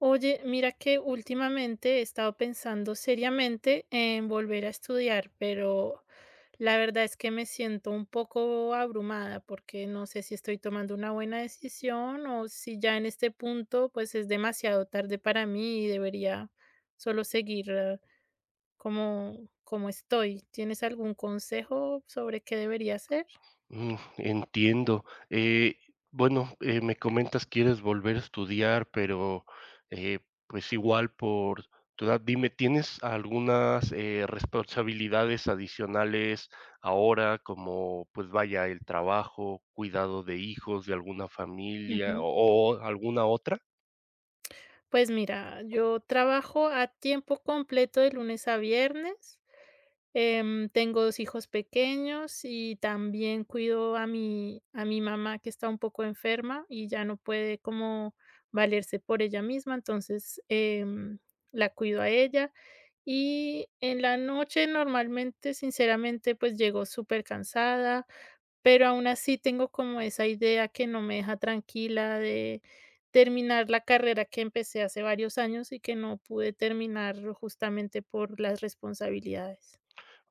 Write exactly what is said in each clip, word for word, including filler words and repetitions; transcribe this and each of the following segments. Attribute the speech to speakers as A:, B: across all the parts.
A: Oye, mira que últimamente he estado pensando seriamente en volver a estudiar, pero la verdad es que me siento un poco abrumada porque no sé si estoy tomando una buena decisión o si ya en este punto pues es demasiado tarde para mí y debería solo seguir eh, como, como estoy. ¿Tienes algún consejo sobre qué debería hacer?
B: Mm, entiendo. Eh, bueno, eh, me comentas quieres volver a estudiar, pero eh, pues igual por tu edad, dime, ¿tienes algunas eh, responsabilidades adicionales ahora, como pues vaya el trabajo, cuidado de hijos, de alguna familia
A: Ujú.
B: o o alguna otra?
A: Pues mira, yo trabajo a tiempo completo de lunes a viernes. Em, tengo dos hijos pequeños y también cuido a mi a mi mamá, que está un poco enferma y ya no puede como valerse por ella misma. Entonces, em, la cuido a ella. Y en la noche normalmente, sinceramente, pues llego súper cansada, pero aún así tengo como esa idea que no me deja tranquila de terminar la carrera que empecé hace varios años y que no pude terminar justamente por las responsabilidades.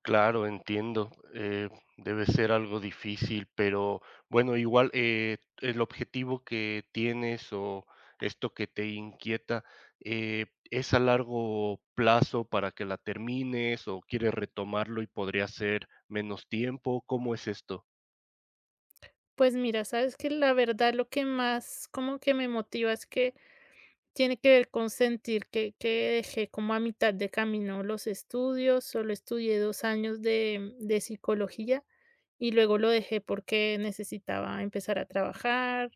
B: Claro, entiendo. Eh, debe ser algo difícil, pero bueno, igual eh, el objetivo que tienes o esto que te inquieta, eh, ¿es a largo plazo para que la termines o quieres retomarlo y podría ser menos tiempo? ¿Cómo es esto?
A: Pues mira, sabes que la verdad lo que más como que me motiva es que tiene que ver con sentir que, que dejé como a mitad de camino los estudios. Solo estudié dos años de, de psicología y luego lo dejé porque necesitaba empezar a trabajar,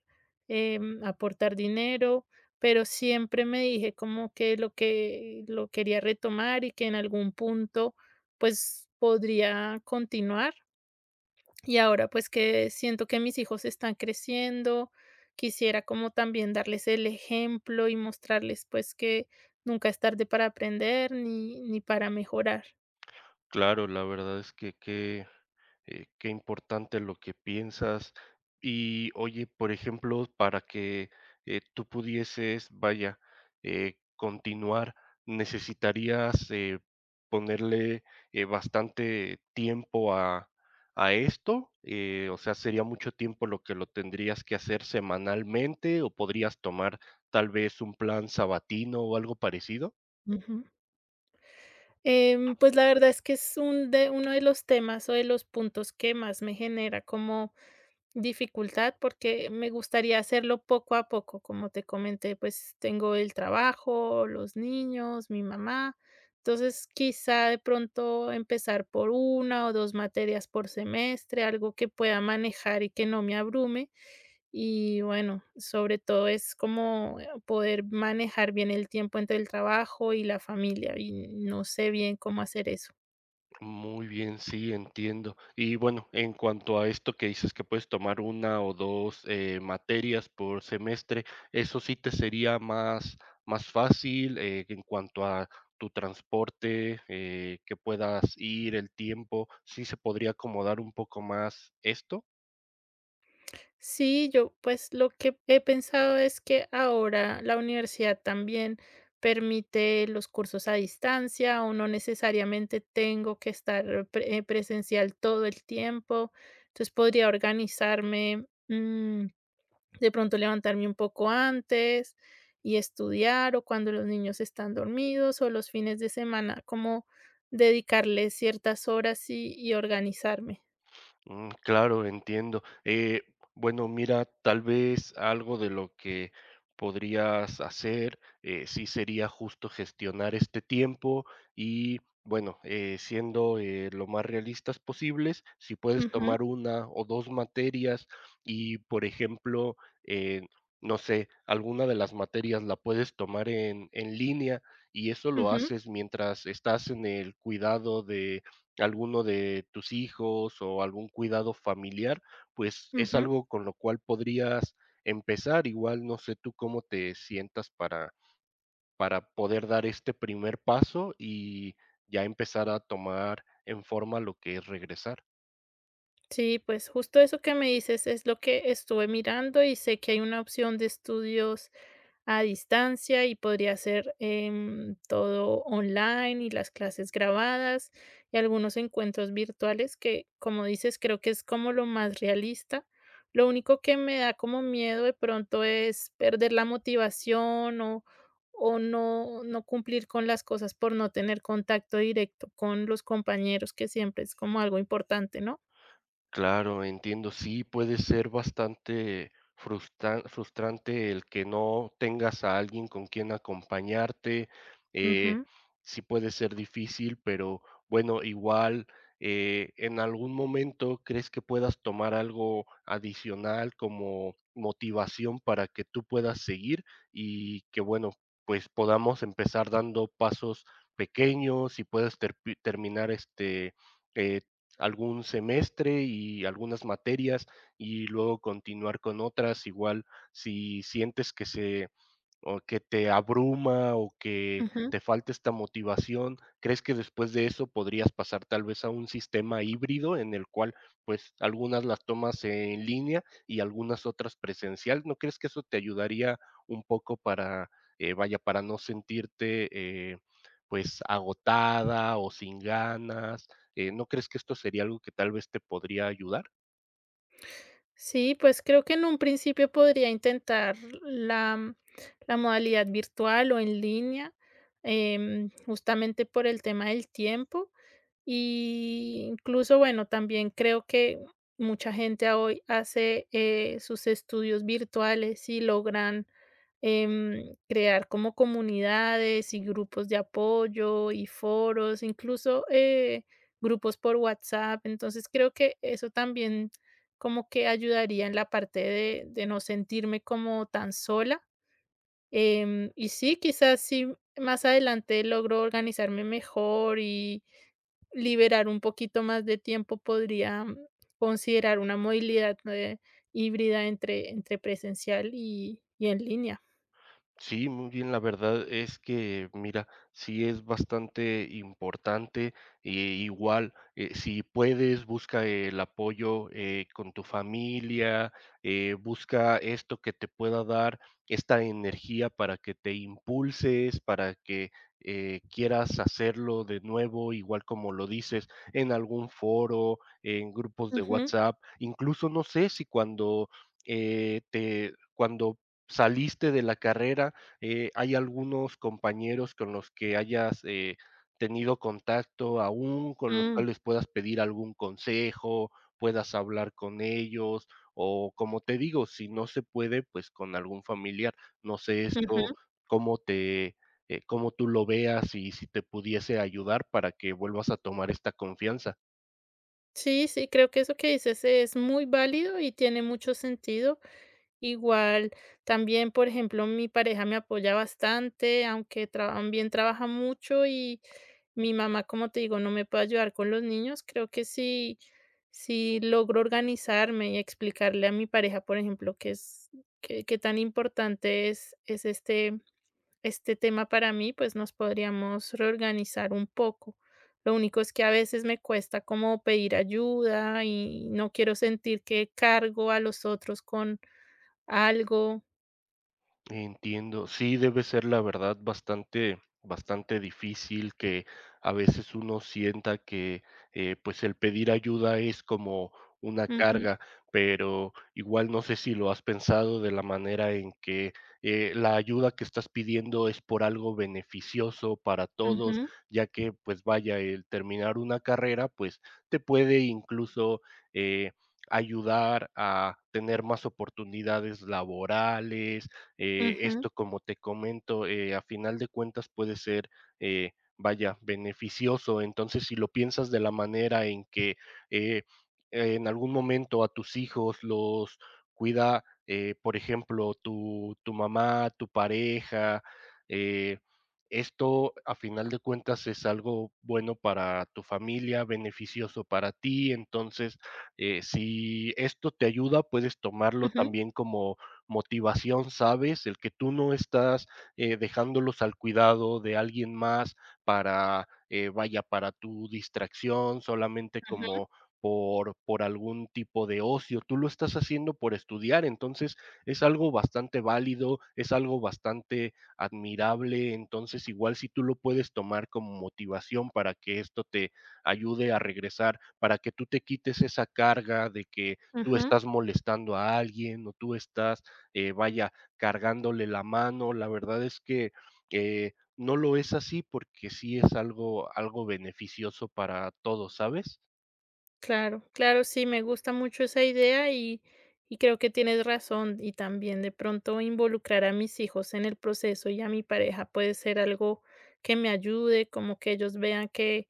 A: em, aportar dinero, pero siempre me dije como que lo que lo quería retomar y que en algún punto pues podría continuar. Y ahora, pues que siento que mis hijos están creciendo, quisiera como también darles el ejemplo y mostrarles, pues, que nunca es tarde para aprender ni ni para mejorar.
B: Claro, la verdad es que qué eh, qué importante lo que piensas. Y oye, por ejemplo, para que eh, tú pudieses, vaya, eh, continuar, necesitarías eh, ponerle eh, bastante tiempo a, a esto. Eh, o sea, sería mucho tiempo lo que lo tendrías que hacer semanalmente o podrías tomar tal vez un plan sabatino o algo parecido.
A: Ujú. Em, pues, la verdad es que es un de uno de los temas o de los puntos que más me genera como dificultad, porque me gustaría hacerlo poco a poco. Como te comenté, pues tengo el trabajo, los niños, mi mamá. Entonces, quizá de pronto empezar por una o dos materias por semestre, algo que pueda manejar y que no me abrume. Y bueno, sobre todo es como eh, poder manejar bien el tiempo entre el trabajo y la familia, y no sé bien cómo hacer eso.
B: Muy bien, sí, entiendo. Y bueno, en cuanto a esto que dices que puedes tomar una o dos eh, materias por semestre, ¿eso sí te sería más, más fácil eh, en cuanto a tu transporte, eh, que puedas ir, el tiempo? ¿Sí se podría acomodar un poco más esto?
A: Sí, yo pues lo que he pensado es que ahora la universidad también permite los cursos a distancia o no necesariamente tengo que estar pre- eh, presencial todo el tiempo. Entonces podría organizarme, mm, de pronto levantarme un poco antes y estudiar, o cuando los niños están dormidos o los fines de semana, como dedicarles ciertas horas y, y organizarme.
B: Mm, claro, entiendo. Eh, bueno, mira, tal vez algo de lo que podrías hacer, eh, sí sería justo gestionar este tiempo y, bueno, eh, siendo eh, lo más realistas posibles, si puedes
A: Ujú,
B: tomar una o dos materias y, por ejemplo, eh, no sé, alguna de las materias la puedes tomar en, en línea y eso lo
A: ujú,
B: haces mientras estás en el cuidado de alguno de tus hijos o algún cuidado familiar, pues es
A: ujú.
B: algo con lo cual podrías empezar. Igual no sé tú cómo te sientas para, para poder dar este primer paso y ya empezar a tomar en forma lo que es regresar.
A: Sí, pues justo eso que me dices es lo que estuve mirando, y sé que hay una opción de estudios a distancia y podría ser em, todo online y las clases grabadas y algunos encuentros virtuales que, como dices, creo que es como lo más realista. Lo único que me da como miedo de pronto es perder la motivación o, o no, no cumplir con las cosas por no tener contacto directo con los compañeros, que siempre es como algo importante, ¿no?
B: Claro, entiendo. Sí, puede ser bastante frustra- frustrante el que no tengas a alguien con quien acompañarte. eh,
A: Ujú,
B: sí puede ser difícil, pero bueno, igual eh, en algún momento crees que puedas tomar algo adicional como motivación para que tú puedas seguir y que bueno, pues podamos empezar dando pasos pequeños y puedes terpi- terminar este... eh, Algún semestre y algunas materias y luego continuar con otras, igual si sientes que se o que te abruma o que
A: ujú.
B: te falta esta motivación, ¿crees que después de eso podrías pasar tal vez a un sistema híbrido en el cual pues algunas las tomas en línea y algunas otras presencial? ¿No crees que eso te ayudaría un poco para, eh, vaya, para no sentirte eh, pues agotada o sin ganas eh, ¿no crees que esto sería algo que tal vez te podría ayudar?
A: Sí, pues creo que en un principio podría intentar la, mm, la modalidad virtual o en línea, em, justamente por el tema del tiempo. Y incluso, bueno, también creo que mucha gente a hoy hace eh, sus estudios virtuales y logran em, crear como comunidades y grupos de apoyo y foros, incluso, eh, grupos por WhatsApp. Entonces, creo que eso también como que ayudaría en la parte de de no sentirme como tan sola. Em, y sí, quizás si más adelante logro organizarme mejor y liberar un poquito más de tiempo, podría mm, considerar una movilidad eh, híbrida entre entre presencial y y en línea.
B: Sí, muy bien, la verdad es que, mira, sí es bastante importante, eh, igual, eh, si puedes, busca el apoyo eh, con tu familia, eh, busca esto que te pueda dar esta energía para que te impulses, para que eh, quieras hacerlo de nuevo, igual como lo dices, en algún foro, en grupos de
A: Ujú.
B: WhatsApp, incluso no sé si cuando... eh, te, cuando saliste de la carrera, eh, ¿hay algunos compañeros con los que hayas eh, tenido contacto aún, con los
A: Mm,
B: cuales puedas pedir algún consejo, puedas hablar con ellos? O como te digo, si no se puede, pues con algún familiar. No sé esto,
A: ujú.
B: cómo te, eh, cómo tú lo veas y si te pudiese ayudar para que vuelvas a tomar esta confianza.
A: Sí, sí, creo que eso que dices es muy válido y tiene mucho sentido. Igual, también, por ejemplo, mi pareja me apoya bastante, aunque traba- también trabaja mucho, y mi mamá, como te digo, no me puede ayudar con los niños. Creo que sí, sí logro organizarme y explicarle a mi pareja, por ejemplo, que es que, que tan importante es, es este este tema para mí, pues nos podríamos reorganizar un poco. Lo único es que a veces me cuesta como pedir ayuda y no quiero sentir que cargo a los otros con algo.
B: Entiendo. Sí, debe ser la verdad bastante, bastante difícil que a veces uno sienta que eh, pues el pedir ayuda es como una
A: Ujú,
B: carga, pero igual no sé si lo has pensado de la manera en que eh, la ayuda que estás pidiendo es por algo beneficioso para todos,
A: ujú,
B: ya que pues vaya, el terminar una carrera pues te puede incluso eh, ayudar a tener más oportunidades laborales eh,
A: ujú,
B: esto, como te comento, eh, a final de cuentas puede ser, eh, vaya, beneficioso. Entonces, si lo piensas de la manera en que eh, en algún momento a tus hijos los cuida, eh, por ejemplo, tu, tu mamá, tu pareja, eh, esto a final de cuentas es algo bueno para tu familia, beneficioso para ti. Entonces, eh, si esto te ayuda, puedes tomarlo
A: ujú,
B: también como motivación, ¿sabes? El que tú no estás eh, dejándolos al cuidado de alguien más para, eh, vaya, para tu distracción, solamente
A: ujú,
B: como por, por algún tipo de ocio, tú lo estás haciendo por estudiar, entonces es algo bastante válido, es algo bastante admirable, entonces igual si tú lo puedes tomar como motivación para que esto te ayude a regresar, para que tú te quites esa carga de que tú
A: ujú.
B: estás molestando a alguien o tú estás eh, vaya, cargándole la mano. La verdad es que eh, no lo es así porque sí es algo, algo beneficioso para todos, ¿sabes?
A: Claro, claro, sí, me gusta mucho esa idea y, y creo que tienes razón. Y también de pronto involucrar a mis hijos en el proceso y a mi pareja puede ser algo que me ayude, como que ellos vean que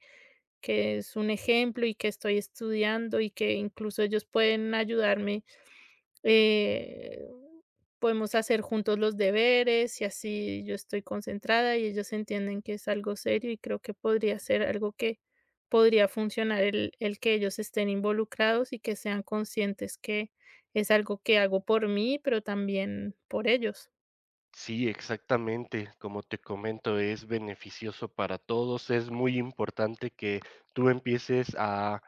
A: que es un ejemplo y que estoy estudiando y que incluso ellos pueden ayudarme. eh, Podemos hacer juntos los deberes y así yo estoy concentrada y ellos entienden que es algo serio, y creo que podría ser algo que podría funcionar el, el que ellos estén involucrados y que sean conscientes que es algo que hago por mí, pero también por ellos.
B: Sí, exactamente. Como te comento, es beneficioso para todos. Es muy importante que tú empieces a,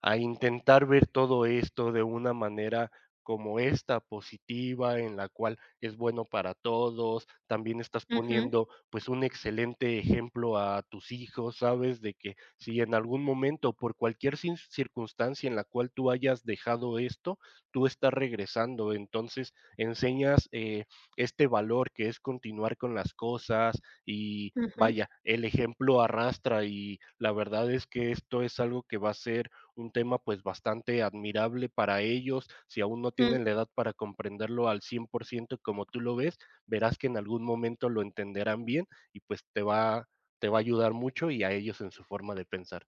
B: a intentar ver todo esto de una manera como esta, positiva, en la cual es bueno para todos. También estás
A: Ujú,
B: poniendo pues un excelente ejemplo a tus hijos, ¿sabes? De que si en algún momento, por cualquier cin- circunstancia en la cual tú hayas dejado esto, tú estás regresando. Entonces, enseñas... eh, este valor que es continuar con las cosas y
A: ujú.
B: vaya, el ejemplo arrastra y la verdad es que esto es algo que va a ser un tema pues bastante admirable para ellos. Si aún no tienen la edad para comprenderlo al cien por ciento como tú lo ves, verás que en algún momento lo entenderán bien y pues te va, te va a ayudar mucho y a ellos en su forma de pensar.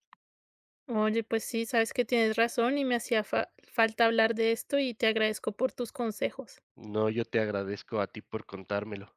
A: Oye, pues sí, sabes que tienes razón y me hacía fa- falta hablar de esto, y te agradezco por tus consejos.
B: No, yo te agradezco a ti por contármelo.